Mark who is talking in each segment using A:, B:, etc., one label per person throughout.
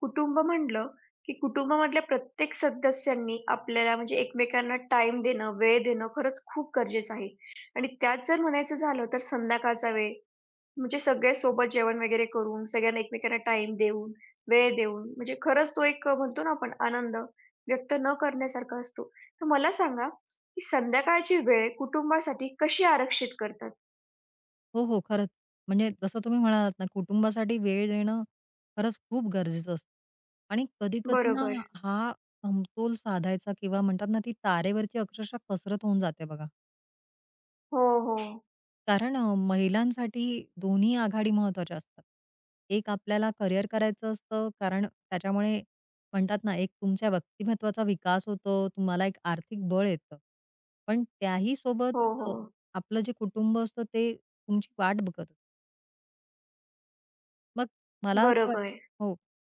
A: कुटुंब म्हटलं, की कुटुंबामधल्या प्रत्येक सदस्यांनी आपल्याला म्हणजे एकमेकांना टाईम देणं, वेळ देणं खरंच खूप गरजेचं आहे. आणि त्यात जर म्हणायचं झालं तर संध्याकाळचा वेळ म्हणजे सगळे सोबत जेवण वगैरे करून, सगळ्यांना एकमेकांना टाईम देऊन, वेळ देऊन म्हणजे खरंच तो एक म्हणतो ना आपण आनंद व्यक्त न करण्यासारखा असतो. तर मला सांगा, की संध्याकाळची वेळ कुटुंबासाठी कशी आरक्षित करतात?
B: हो, हो. खरंच. म्हणजे जसं तुम्ही म्हणालात ना, कुटुंबासाठी वेळ देणं खरंच खूप गरजेचं असतं. आणि कधी-कधी ना,
A: बरोबर.
B: हा समतोल साधायचा किंवा म्हणतात ना, ती तारेवरची अक्षरशः कसरत होऊन जाते बघा.
A: हो, हो.
B: कारण महिलांसाठी दोन्ही आघाडी महत्त्वाच्या असतात. एक आपल्याला करिअर करायचं असतं, कारण त्याच्यामुळे म्हणतात ना, एक तुमच्या व्यक्तिमत्त्वाचा विकास होतो, तुम्हाला एक आर्थिक बळ येतं. पण त्याही सोबत
A: हो,
B: अ,
A: हो.
B: आपलं जे कुटुंब असतं, ते तुमची वाट बघत मग मला असं वाट
A: बरोबर.
B: हो.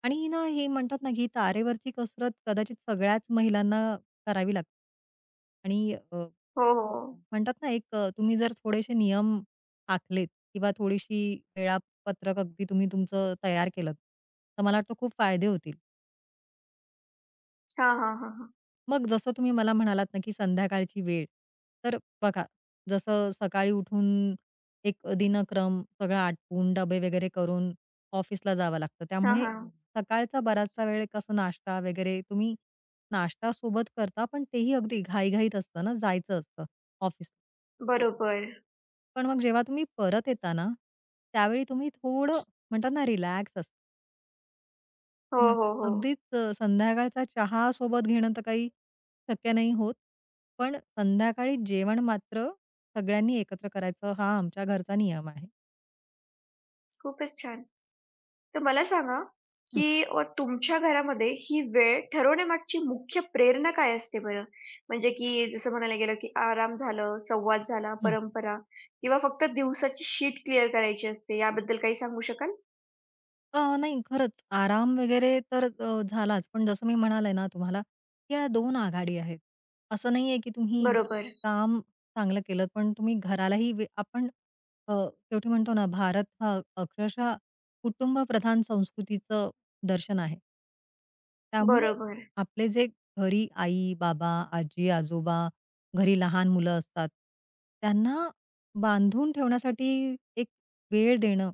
B: आणि ना हे म्हणतात ना, ही तारेवरची कसरत कदाचित सगळ्याच महिलांना करावी लागते. आणि
A: हो, हो.
B: म्हणतात ना, एक तुम्ही जर थोडेसे नियम आखलेत किंवा थोडीशी वेळापत्रक अगदी तुम्ही तुमचं तयार केलंत, तर मला वाटतं खूप फायदे होतील.
A: हां, हां, हां, हां.
B: मग जसं तुम्ही मला म्हणालात ना, की संध्याकाळची वेळ. तर बघा, जसं सकाळी उठून एक दिनक्रम सगळं आटपून, डबे वगैरे करून ऑफिसला जावं लागतं.
A: हां,
B: त्यामुळे
A: हां.
B: सकाळचा बराचसा वेळ कसं नाश्ता वगैरे तुम्ही नाश्ता सोबत करता, पण तेही अगदी घाईघाईत असतं ना, जायचं असतं ऑफिस.
A: बरोबर.
B: पण मग जेव्हा तुम्ही परत येता ना, त्यावेळी तुम्ही थोडं म्हणतात ना, रिलॅक्स असता.
A: हो,
B: हं,
A: हो, हो.
B: अगदीच संध्याकाळचा चहा सोबत घेणं तर काही शक्य नाही होत. पण संध्याकाळी जेवण मात्र सगळ्यांनी एकत्र करायचं हा आमच्या घरचा नियम आहे.
A: खूपच छान. तर मला सांगा,
B: हं.
A: की तुमच्या घरामध्ये ही वेळ ठरवण्यामागची मुख्य प्रेरणा काय असते बरं? म्हणजे की जसं म्हणायला गेलं, की आराम झालं, संवाद झाला, परंपरा किंवा फक्त दिवसाची शीट क्लिअर करायची असते, याबद्दल काही सांगू शकाल?
B: नाही खरंच आराम वगैरे तर झालाच. पण जसं मी म्हणाले ना तुम्हाला, या 2 आघाडी आहेत. असं नाहीये की तुम्ही
A: बरोबर,
B: काम चांगलं केलं, पण तुम्ही घरालाही वे आपण अ, शेवटी म्हणतो ना, भारत हा अक्षरशः कुटुंबप्रधान संस्कृतीचं दर्शन आहे. त्यामुळे
A: बरोबर.
B: आपले जे घरी आई-बाबा, आजी-आजोबा, घरी लहान मुलं असतात, त्यांना बांधून ठेवण्यासाठी एक वेळ देणं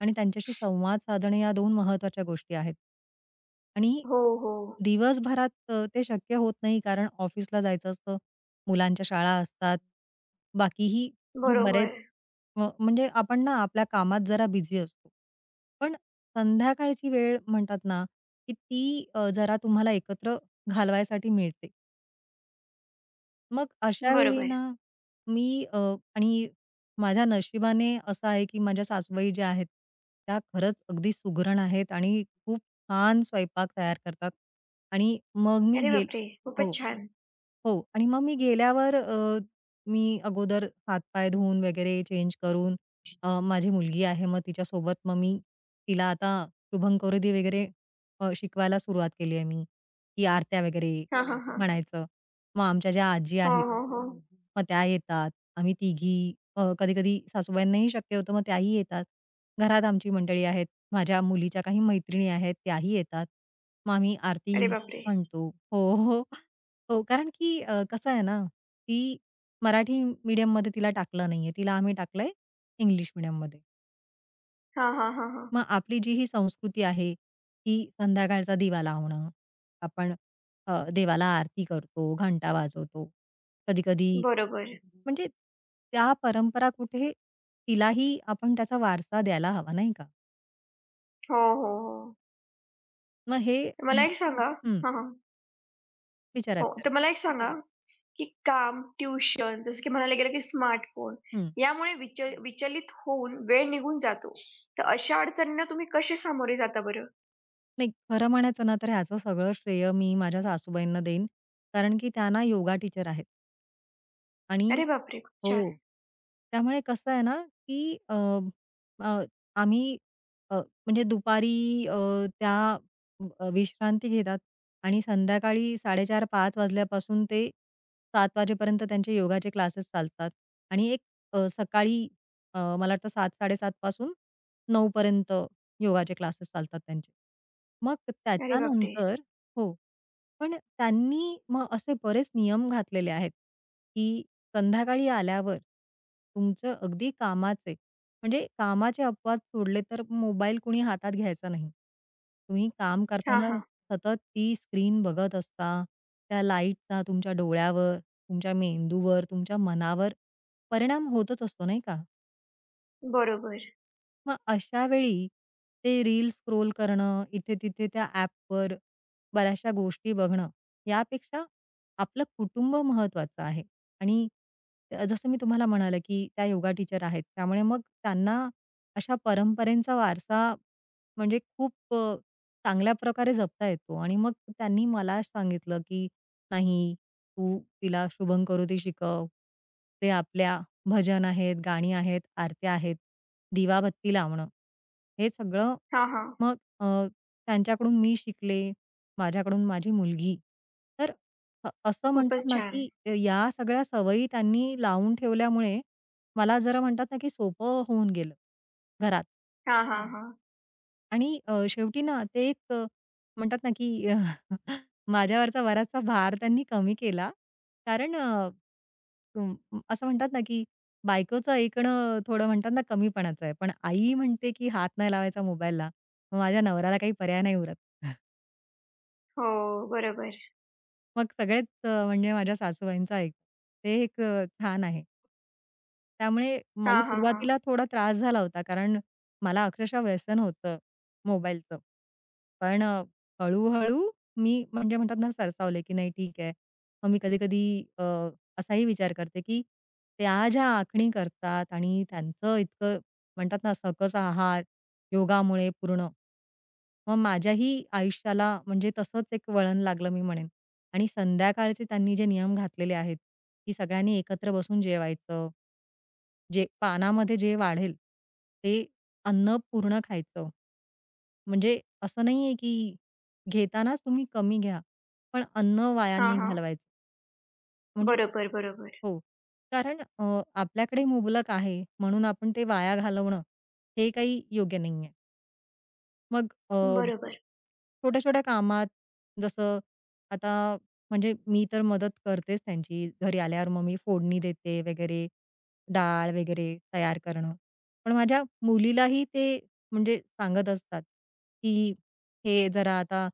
B: आणि त्यांच्याशी संवाद साधणे या दोन महत्त्वाच्या गोष्टी आहेत. आणि
A: हो, हो.
B: दिवसभरात ते शक्य होत नाही कारण ऑफिसला जायचं असतं, मुलांच्या शाळा असतात. बाकीही म्हणजे बरेच
A: बरोबर,
B: म्हणजे आपण ना आपल्या कामात जरा बिझी असतो. पण संध्याकाळची वेळ म्हणतात ना, की ती जरा तुम्हाला एकत्र घालवायसाठी मिळते. मग अशा वेळी
A: बरोबर.
B: ना, मी आणि माझ्या नशिबाने असं आहे, की माझ्या सासूबाई ज्या आहेत, त्या खरंच अगदी सुगरण आहेत आणि खूप छान स्वयंपाक तयार करतात आणि मग मी
A: अरे
B: गेल,
A: बापरे!
B: हो.
A: खूपच छान.
B: हो आणि मग मी गेल्यावर मी अगोदर हात-पाय धुवून वगैरे चेंज करून माझी मुलगी आहे मग तिच्यासोबत मग मी तिला आता शुभंकरोती वगैरे शिकवायला सुरुवात केली आहे मी, की आरत्या वगैरे
A: हां, हां, हां.
B: म्हणायचं. मग आमच्या ज्या आजी
A: हो,
B: आहेत,
A: हो, हो.
B: मग त्या येतात. आम्ही तिघी कधी-कधी सासूबाईंनाही शक्य होतं मग त्याही येतात. घरात आमची मंडळी आहेत. माझ्या मुलीच्या काही मैत्रिणी आहेत त्याही येतात. मग आम्ही आरती
A: अरे बापरे!
B: म्हणतो. हो, हो. हो, कारण की कसं आहे ना, ती मराठी मीडियममध्ये तिला टाकलं नाहीये. तिला आम्ही टाकलंय इंग्लिश मीडियममध्ये.
A: हां, हां, हां, हां.
B: मग आपली जी ही संस्कृती आहे, की संध्याकाळचा दिवा लावणं, आपण देवाला आरती करतो, घंटा वाजवतो. कधी-कधी
A: बरोबर.
B: म्हणजे त्या परंपरा कुठे तिलाही आपण त्याचा वारसा द्यायला हवा, नाही का?
A: हो, हो, हो.
B: मग हे
A: मला
B: हं.
A: एक सांगा. हां, हां.
B: विचारा,
A: हो,
B: विचारा.
A: तर मला एक सांगा, की काम, ट्युशन जसं की म्हणायला गेलं, की स्मार्टफोन यामुळे विचलित होऊन वेळ निघून जातो. तर अशा अडचणींना तुम्ही कसे सामोरे जाता बरं?
B: नाही, खरं म्हणायचं ना, तर ह्याचं सगळं श्रेय मी माझ्या सासूबाईंना देईन. कारण की त्या ना योगा टीचर आहेत आणि
A: अरे बापरे! खूप छान.
B: हो. त्यामुळे कसं आहे ना, की अ, अ, आम्ही म्हणजे दुपारी त्या विश्रांती घेतात आणि संध्याकाळी 4:30-5 वाजल्यापासून ते 7 वाजेपर्यंत त्यांचे योगाचे क्लासेस चालतात आणि एक सकाळी मला वाटतं 7:00-7:30 पासून 9 पर्यंत योगाचे क्लासेस चालतात त्यांचे. मग
A: अरे बापरे!
B: त्याच्यानंतर हो. पण त्यांनी मग असे बरेच नियम घातलेले आहेत, की संध्याकाळी आल्यावर तुमचं अगदी कामाचे म्हणजे कामाचे अपवाद सोडले तर मोबाईल कुणी हातात घ्यायचा नाही. तुम्ही काम
A: हां,
B: करताना
A: हां.
B: सतत ती स्क्रीन बघत असता, त्या लाईटचा तुमच्या डोळ्यावर, तुमच्या मेंदूवर, तुमच्या मनावर परिणाम होतच असतो नाही का?
A: बरोबर.
B: मग अशा वेळी ते रील स्क्रोल करणं, इथे-तिथे त्या ॲपवर बऱ्याचशा गोष्टी बघणं, यापेक्षा आपलं कुटुंब महत्त्वाचं आहे आणि जसं मी तुम्हाला म्हणाले, की त्या योगा टीचर आहेत. त्यामुळे मग त्यांना अशा परंपरेचा वारसा म्हणजे खूप चांगल्या प्रकारे जपता येतो आणि मग त्यांनी मला सांगितलं, की "नाही, तू तिला शुभंकरोती शिकव. ते आपल्या भजन आहेत, गाणी आहेत, आरत्या आहेत, दिवाबत्ती लावणं. हे सगळं
A: हां, हां.
B: मग त्यांच्याकडून मी शिकले, माझ्याकडून माझी मुलगी. तर असं म्हणतात
A: खूपच
B: ना,
A: छान.
B: की या सगळ्या सवयी त्यांनी लावून ठेवल्यामुळे मला जरा म्हणतात ना, की सोपं होऊन गेलं घरात.
A: हां, हां, हां.
B: आणि शेवटी ना ते एक म्हणतात ना की माझ्यावरचा बराचसा भार त्यांनी कमी केला. कारण अं, असं म्हणतात ना की बायकोचं ऐकणं थोडं म्हणतात ना कमीपणाचं आहे. पण आई म्हणते की हात नाही लावायचा मोबाईलला. मग माझ्या नवऱ्याला काही पर्याय नाही उरत.
A: हो, बरोबर.
B: मग सगळेच म्हणजे माझ्या सासूबाईंचं ऐक ते एक छान आहे. त्यामुळे
A: हां,
B: मला
A: हां, हां.
B: सुरुवातीला थोडा त्रास झाला होता, कारण मला अक्षरशः व्यसन होतं मोबाईलचं. पण हळू-हळू मी म्हणजे म्हणतात ना सरसावले, की नाही ठीक आहे. मग मी कधी-कधी अ, असाही विचार करते, की त्या ज्या आखणी करतात आणि त्यांचं इतकं म्हणतात ना सकस आहार, योगामुळे पूर्ण. मग माझ्याही आयुष्याला म्हणजे तसंच एक वळण लागलं मी म्हणेन. आणि संध्याकाळचे त्यांनी जे नियम घातलेले आहेत, की सगळ्यांनी एकत्र बसून जेवायचं. जे पानामध्ये जे वाढेल, ते अन्न पूर्ण खायचं. म्हणजे असं नाहीये, की घेतानाच तुम्ही कमी घ्या, पण अन्न वाया
A: हां,
B: नाही
A: हां.
B: घालवायचं. म्हणजे अस-
A: बरोबर, बरोबर.
B: हो, कारण आपल्याकडे मुबलक आहे म्हणून आपण ते वाया घालवणं हे काही योग्य नाहीये. मग अ
A: बरोबर.
B: छोट्या-छोट्या कामात, जसं आता म्हणजे मी तर मदत करतेच त्यांची. घरी आल्यावर मग मी फोडणी देते वगैरे, डाळ वगैरे तयार करणं. पण माझ्या मुलीलाही ते म्हणजे सांगत असतात, की "हे जरा आता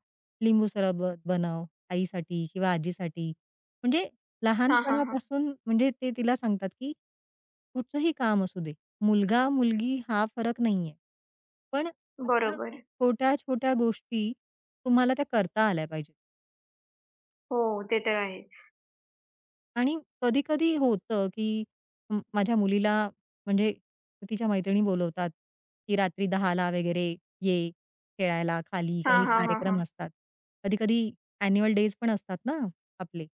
B: लिंबू सरबत बनव आईसाठी किंवा आजीसाठी." म्हणजे
A: हां, हां, हां.
B: लहानपणापासून म्हणजे ते तिला सांगतात, की कुठचंही काम असू दे, मुलगा-मुलगी हा फरक नाहीये. पण अशा
A: बरोबर.
B: छोट्या-छोट्या गोष्टी तुम्हाला त्या करता आल्या पाहिजेत.
A: हो, ते तर आहेच.
B: आणि कधी-कधी होतं, की माझ्या मुलीला म्हणजे तिच्या मैत्रिणी बोलवतात, की रात्री 10:00ला वगैरे ये खेळायला खाली
A: हां,
B: काही
A: हां, हां, हां.
B: कार्यक्रम असतात. कधी-कधी अॅन्युअल डेज पण असतात ना आपले.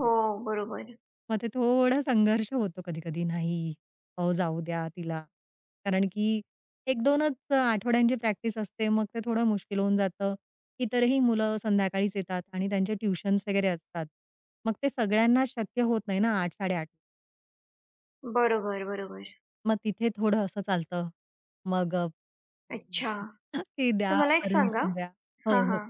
A: हो, बरोबर.
B: मग ते थोडा संघर्ष होतो कधी-कधी, "नाही, अहो जाऊ द्या तिला." कारण की 1-2नच आठवड्यांची प्रॅक्टिस असते, मग ते थोडं मुश्किल होऊन जातं. इतरही मुलं संध्याकाळीच येतात आणि त्यांचे ट्युशन्स वगैरे असतात. मग ते सगळ्यांना शक्य होत नाही ना 8, 8:30.
A: बरोबर, बरोबर.
B: मग तिथे थोडं असं चालतं. मग
A: अच्छा.
B: की द्या
A: तर मला एक सांगा.
B: परमिशन द्या. हो,
A: हां,
B: हो.
A: हां.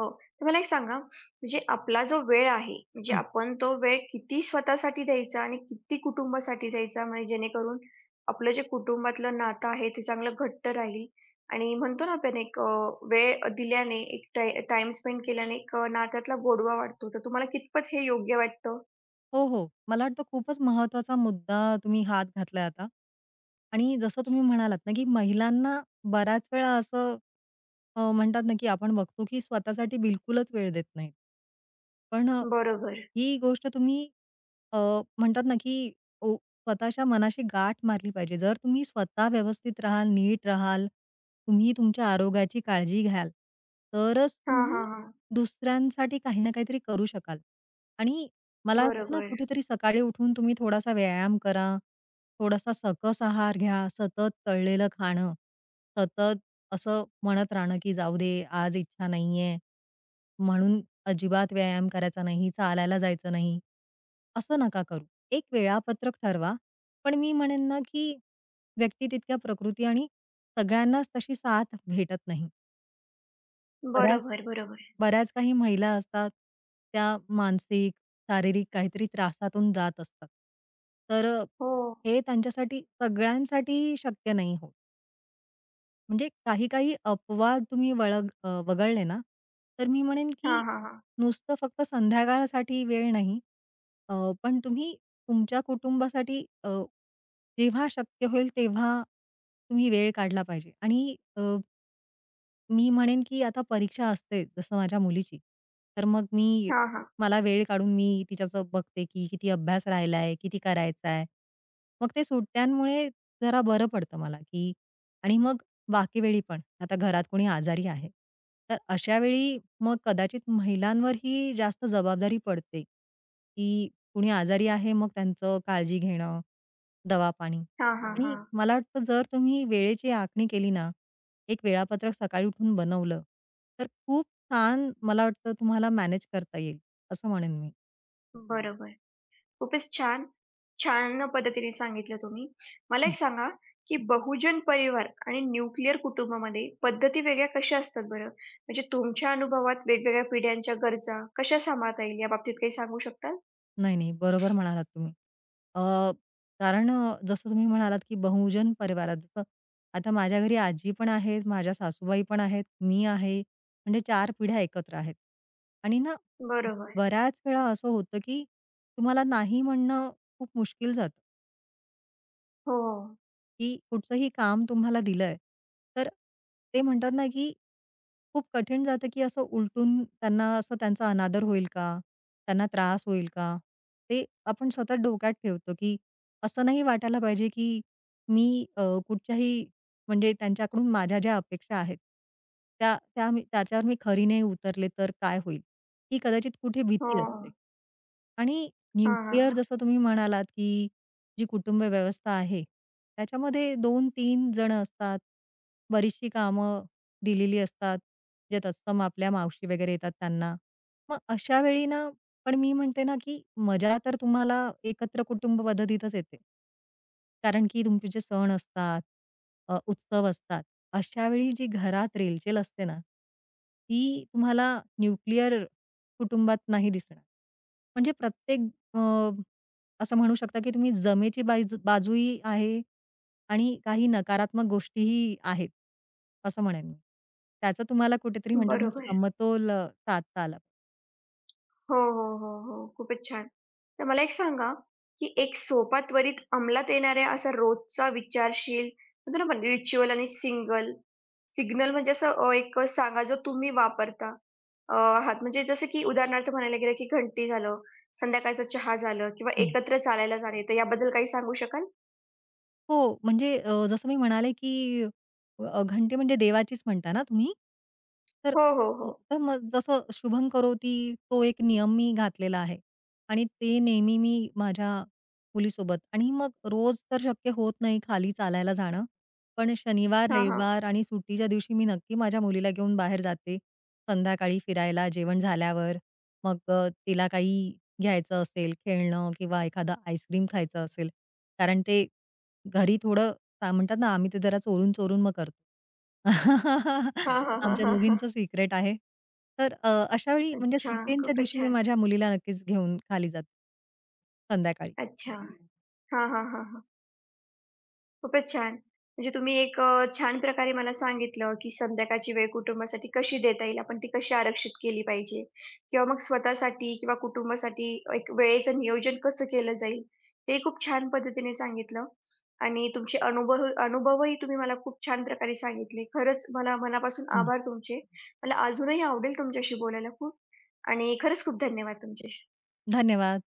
A: हो. तर मला एक सांगा, म्हणजे आपला जो वेळ आहे, म्हणजे आपण तो वेळ किती स्वतःसाठी द्यायचा आणि किती कुटुंबासाठी द्यायचा? म्हणजे जेणेकरून आपलं जे कुटुंबातलं नातं आहे, ते चांगलं घट्ट राहील आणि म्हणतो ना आपण एक वेळ दिल्याने, एक टाई स्पेंड केल्याने एक नात्यातला गोडवा वाढतो. तर तुम्हाला कितपत हे योग्य वाटतं?
B: हो, हो. मला वाटतं खूपच महत्त्वाचा मुद्दा तुम्ही हात घातलाय आता. आणि जसं तुम्ही म्हणालात ना, की महिलांना बऱ्याच वेळा असं म्हणतात ना, की आपण बघतो, की स्वतःसाठी बिलकुलच वेळ देत नाहीत. पण
A: बरोबर.
B: ही गोष्ट तुम्ही अ, म्हणतात ना, की ओ स्वतःच्या मनाशी गाठ मारली पाहिजे. जर तुम्ही स्वतः व्यवस्थित राहाल, नीट राहाल, तुम्ही तुमच्या आरोग्याची काळजी घ्याल, तरच
A: हां, हां,
B: तुम्ही
A: हां.
B: दुसऱ्यांसाठी काही ना काहीतरी करू शकाल. आणि मला वाटतं ना,
A: बरोबर.
B: कुठेतरी सकाळी उठून तुम्ही थोडासा व्यायाम करा, थोडासा सकस आहार घ्या, सतत तळलेलं खाणं, सतत असं म्हणत राहणं, की जाऊ दे आज इच्छा नाहीये, म्हणून अजिबात व्यायाम करायचा नाही, चालायला जायचं नाही, असं नका करू. एक वेळापत्रक ठरवा. पण मी म्हणेन ना, की व्यक्ती तितक्या प्रकृती आणि सगळ्यांनाच तशी साथ भेटत नाही. बऱ्याच
A: बरोबर, बरोबर.
B: बऱ्याच काही महिला असतात, त्या मानसिक, शारीरिक काहीतरी त्रासातून जात असतात. तर
A: हो.
B: हे त्यांच्यासाठी सगळ्यांसाठी शक्य नाही होत. म्हणजे काही-काही अपवाद तुम्ही वळग वगळले ना, तर मी म्हणेन की
A: हां, हां, हां.
B: नुसतं फक्त संध्याकाळसाठी वेळ नाही, अ, पण तुम्ही तुमच्या कुटुंबासाठी जेव्हा शक्य होईल तेव्हा तुम्ही वेळ काढला पाहिजे आणि मी म्हणेन की आता परीक्षा असते, जसं माझ्या मुलीची. तर मग मी
A: हां, हां.
B: मला वेळ काढून मी तिच्याचं बघते, की किती अभ्यास राहिलाय, किती करायचा आहे. मग ते सुट्ट्यांमुळे जरा बरं पडतं मला, की आणि मग बाकी वेळी पण. आता घरात कोणी आजारी आहे. तर अशा वेळी मग कदाचित महिलांवरही जास्त जबाबदारी पडते, की कुणी आजारी आहे, मग त्यांचं काळजी घेणं, दवापाणी.
A: हां, हां,
B: आणि
A: हां.
B: मला वाटतं जर तुम्ही वेळेची आखणी केली ना एक वेळापत्रक सकाळी उठून बनवलं, तर खूप छान मला वाटतं तुम्हाला मॅनेज करता येईल, असं म्हणेन मी.
A: बरोबर. खूपच छान. छान पद्धतीने सांगितलं तुम्ही. मला एक
B: हं.
A: सांगा, की बहुजन परिवार आणि न्यूक्लिअर कुटुंबामध्ये पद्धती वेगळ्या कशा असतात बरं? म्हणजे तुमच्या अनुभवात वेगवेगळ्या पिढ्यांच्या गरजा कशा सांभाळता येईल याबाबतीत काही सांगू शकता?
B: नाही, नाही, बरोबर म्हणालात तुम्ही. अ, कारण जसं तुम्ही म्हणालात, की बहुजन परिवारात जसं आता माझ्या घरी आजी पण आहेत, माझ्या सासूबाई पण आहेत, मी आहे, म्हणजे 4 पिढ्या एकत्र आहेत. आणि ना,
A: बरोबर.
B: बऱ्याच वेळा असं होतं, की तुम्हाला नाही म्हणणं खूप मुश्किल जातं,
A: हो, हो.
B: की कुठचंही काम तुम्हाला दिलंय, तर ते म्हणतात ना, की खूप कठीण जातं, की असं उलटून त्यांना असं त्यांचा अनादर होईल का? त्यांना त्रास होईल का? ते आपण सतत डोक्यात ठेवतो, की असं नाही वाटायला पाहिजे, की मी अ, कुठच्याही म्हणजे त्यांच्याकडून माझ्या ज्या अपेक्षा आहेत, त्या त्या त्याच्यावर मी खरी नाही उतरले तर काय होईल? ही कदाचित कुठे
A: हो.
B: भीती असते. आणि
A: हां, हां,
B: न्यूक्लिअर
A: हां.
B: जसं तुम्ही म्हणालात, की जी कुटुंब व्यवस्था आहे, त्याच्यामध्ये 2-3 जण असतात. बरीचशी कामं दिलेली असतात, जे तत्सम आपल्या मावशी वगैरे येतात त्यांना. मग अशा वेळी ना पण मी म्हणते ना, की मजा तर तुम्हाला एकत्र कुटुंब पद्धतीतच येते. कारण की तुमचे जे सण असतात, उत्सव असतात, अशा वेळी जी घरात रेलचेल असते ना, ती तुम्हाला न्यूक्लिअर कुटुंबात नाही दिसणार. म्हणजे प्रत्येक असं म्हणू शकता, की तुम्ही जमेची बाजूही आहे आणि काही नकारात्मक गोष्टीही आहेत, असं म्हणेन मी. त्याचं तुम्हाला कुठेतरी म्हणतात ना,
A: बरोबर.
B: समतोल साधता आला.
A: हो, हो, हो, हो. खूपच छान. तर मला एक सांगा, की एक सोपा त्वरित अंमलात येणाऱ्या असा रोजचा विचारशील म्हणतो ना आपण रिच्युअल आणि सिंगल सिग्नल म्हणजे असं एक सांगा जो तुम्ही वापरता. आहात म्हणजे जसं की उदाहरणार्थ म्हणायला गेलं की घंटी झालं, संध्याकाळचा चहा झालं किंवा एकत्र चालायला जाणे तर याबद्दल काही सांगू शकाल?
B: हो, म्हणजे जसं मी म्हणाले, की घंटी म्हणजे देवाचीच म्हणता ना तुम्ही? तर
A: हो, हो, हो.
B: हो, तर मग जसं शुभं करोती तो एक नियम मी घातलेला आहे आणि ते नेहमी मी माझ्या मुलीसोबत आणि मग रोज तर शक्य होत नाही खाली चालायला जाणं. पण शनिवार,
A: हां, हां.
B: रविवार आणि सुट्टीच्या दिवशी मी नक्की माझ्या मुलीला घेऊन बाहेर जाते. संध्याकाळी फिरायला जेवण झाल्यावर. मग तिला काही घ्यायचं असेल, खेळणं किंवा एखादं आईस्क्रीम खायचं असेल, कारण ते घरी थोडं का म्हणतात ना, आम्ही ते जरा चोरून-चोरून मग करतो.
A: हां, हां, हां,
B: आमच्या
A: हां, हां.
B: दोघींचं सिक्रेट आहे. तर अशा वेळी म्हणजे
A: अच्छा.
B: सुट्टींच्या
A: खूपच
B: दिवशी मी
A: छान.
B: माझ्या मुलीला नक्कीच घेऊन खाली जाते. संध्याकाळी.
A: अच्छा. हां, हां, हां, हां. खूपच छान. म्हणजे तुम्ही एक छान प्रकारे मला सांगितलं, की संध्याकाळची वेळ कुटुंबासाठी कशी देता येईल, आपण ती कशी आरक्षित केली पाहिजे किंवा मग स्वतःसाठी किंवा कुटुंबासाठी एक वेळेचं नियोजन कसं केलं जाईल, ते खूप छान पद्धतीने सांगितलं आणि तुमचे अनुभवही तुम्ही मला खूप छान प्रकारे सांगितले. खरंच मला मनापासून
B: हं.
A: आभार तुमचे. मला अजूनही आवडेल तुमच्याशी बोलायला खूप आणि खरंच खूप धन्यवाद तुमचे.
B: धन्यवाद.